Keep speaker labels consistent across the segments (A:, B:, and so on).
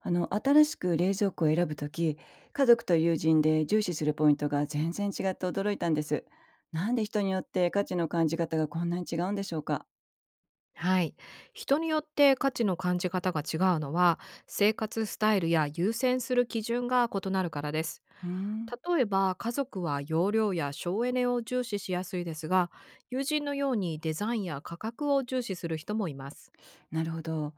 A: 新しく冷蔵庫を選ぶとき、家族と友人で重視するポイントが全然違って驚いたんです。なんで人によって価値の感じ方がこんなに違うんでしょうか？
B: はい。人によって価値の感じ方が違うのは、生活スタイルや優先する基準が異なるからです。
A: うーん、
B: 例えば、家族は容量や省エネを重視しやすいですが、友人のようにデザインや価格を重視する人もいます。
A: なるほど。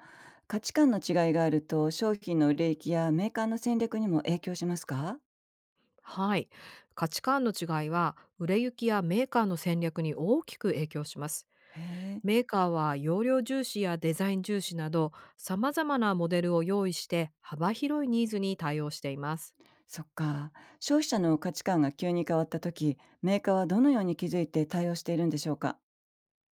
A: 価値観の違いがあると、商品の売れ行きやメーカーの戦略にも影響しますか？
B: はい。価値観の違いは、売れ行きやメーカーの戦略に大きく影響します。
A: へえ。
B: メーカーは容量重視やデザイン重視など、様々なモデルを用意して、幅広いニーズに対応しています。
A: そっか。消費者の価値観が急に変わったとき、メーカーはどのように気づいて対応しているんでしょうか？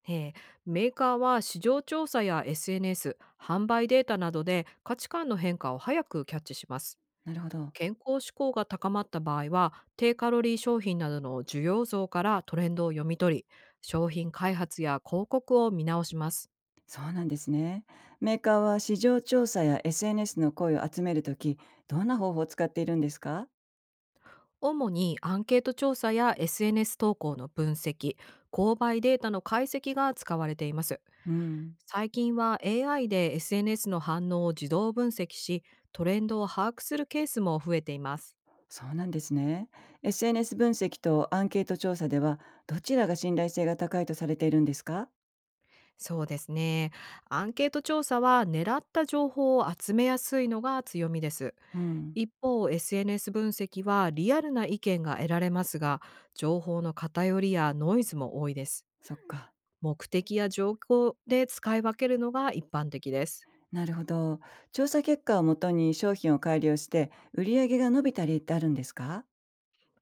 B: ええ、メーカーは市場調査や SNS、販売データなどで価値観の変化を早くキャッチします。
A: なるほど。
B: 健康志向が高まった場合は、低カロリー商品などの需要増からトレンドを読み取り、商品開発や広告を見直します。
A: そうなんですね。メーカーは市場調査や SNS の声を集めるとき、どんな方法を使っているんですか？
B: 主にアンケート調査や SNS 投稿の分析、購買データの解析が使われています。
A: うん。
B: 最近は AI で SNS の反応を自動分析し、トレンドを把握するケースも増えています。
A: そうなんですね。SNS 分析とアンケート調査では、どちらが信頼性が高いとされているんですか？
B: そうですね。アンケート調査は狙った情報を集めやすいのが強みです。
A: うん。
B: 一方、SNS 分析はリアルな意見が得られますが、情報の偏りやノイズも多いです。
A: そっか。
B: 目的や状況で使い分けるのが一般的です。
A: なるほど。調査結果をもとに商品を改良して、売り上げが伸びたりってあるんですか？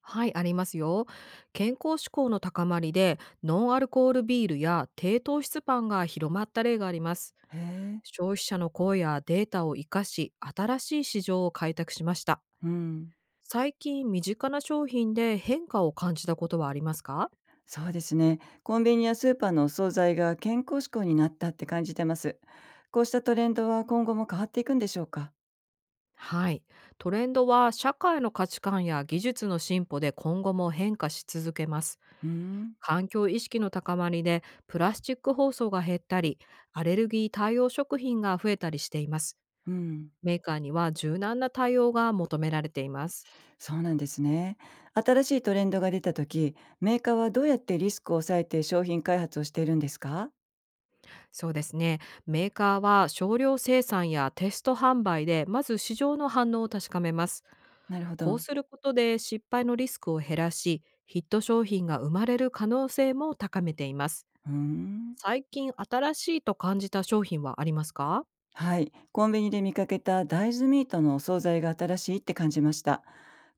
B: はい、ありますよ。健康志向の高まりで、ノンアルコールビールや低糖質パンが広まった例があります。
A: へえ。
B: 消費者の声やデータを生かし、新しい市場を開拓しました。
A: うん。
B: 最近身近な商品で変化を感じたことはありますか？
A: そうですね。コンビニやスーパーのお惣菜が健康志向になったって感じてます。こうしたトレンドは今後も変わっていくんでしょうか？
B: はい。トレンドは社会の価値観や技術の進歩で今後も変化し続けます。
A: うーん。
B: 環境意識の高まりでプラスチック包装が減ったり、アレルギー対応食品が増えたりしています。
A: うん。
B: メーカーには柔軟な対応が求められています。
A: そうなんですね。新しいトレンドが出た時、メーカーはどうやってリスクを抑えて商品開発をしているんですか？
B: そうですね。メーカーは少量生産やテスト販売で、まず市場の反応を確かめます。
A: なるほ
B: こう
A: ど。
B: することで失敗のリスクを減らし、ヒット商品が生まれる可能性も高めています。
A: うーん。
B: 最近新しいと感じた商品はありますか？
A: はい。コンビニで見かけた大豆ミートのお惣菜が新しいって感じました。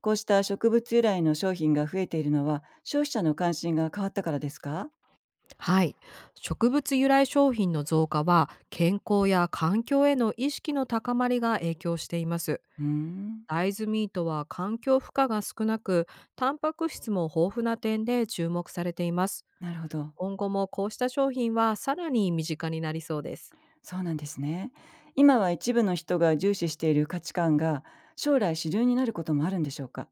A: こうした植物由来の商品が増えているのは、消費者の関心が変わったからですか？
B: はい。植物由来商品の増加は、健康や環境への意識の高まりが影響しています。
A: うーん。
B: 大豆ミートは環境負荷が少なく、タンパク質も豊富な点で注目されています。
A: なるほど。
B: 今後もこうした商品はさらに身近になりそうです。
A: そうなんですね。今は一部の人が重視している価値観が将来主流になることもあるんでしょうか？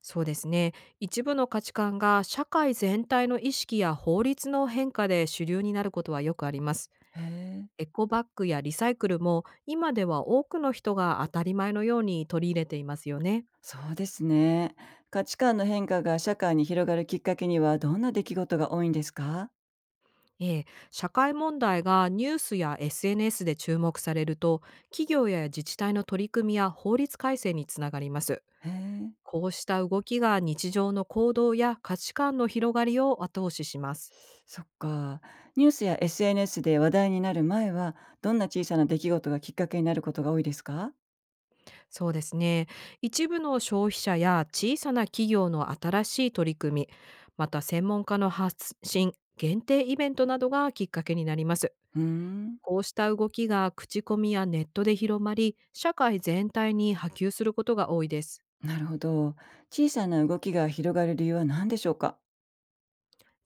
B: そうですね。一部の価値観が社会全体の意識や法律の変化で主流になることはよくあります。
A: へえ。
B: エコバッグやリサイクルも今では多くの人が当たり前のように取り入れていますよね。
A: そうですね。価値観の変化が社会に広がるきっかけにはどんな出来事が多いんですか？
B: ええ、社会問題がニュースや SNS で注目されると、企業や自治体の取り組みや法律改正につながります。
A: へえ。
B: こうした動きが日常の行動や価値観の広がりを後押しします。
A: そっか。ニュースや SNS で話題になる前はどんな小さな出来事がきっかけになることが多いですか？
B: そうですね。一部の消費者や小さな企業の新しい取り組み、また専門家の発信、限定イベントなどがきっかけになります。
A: うーん。
B: こうした動きが口コミやネットで広まり、社会全体に波及することが多いです。
A: なるほど。小さな動きが広がる理由は何でしょうか？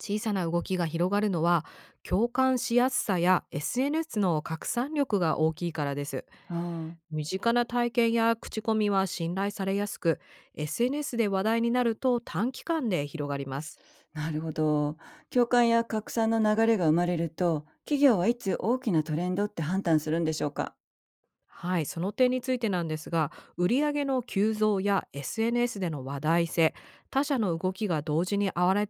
B: 小さな動きが広がるのは、共感しやすさや SNS の拡散力が大きいからです。
A: ああー。
B: 身近な体験や口コミは信頼されやすく、 SNS で話題になると短期間で広がります。
A: なるほど。共感や拡散の流れが生まれると、企業はいつ大きなトレンドって判断するんでしょうか？
B: はい、その点についてなんですが、売上の急増や SNS での話題性、他社の動きが同時に現れ現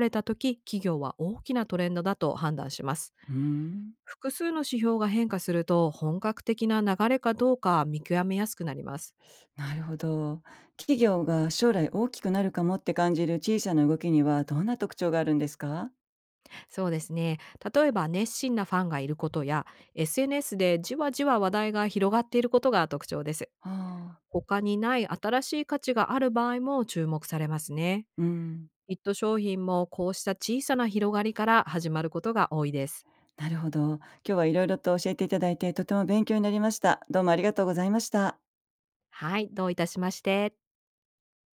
B: れた時、企業は大きなトレンドだと判断します。
A: うーん。
B: 複数の指標が変化すると本格的な流れかどうか見極めやすくなります。
A: なるほど。企業が将来大きくなるかもって感じる小さな動きにはどんな特徴があるんですか？
B: そうですね。例えば熱心なファンがいることや、SNS でじわじわ話題が広がっていることが特徴です。
A: ああ。
B: 他にない新しい価値がある場合も注目されますね。
A: うん。
B: ヒット商品もこうした小さな広がりから始まることが多いです。
A: なるほど。今日はいろいろと教えていただいてとても勉強になりました。どうもありがとうございました。
B: はい、どういたしまして。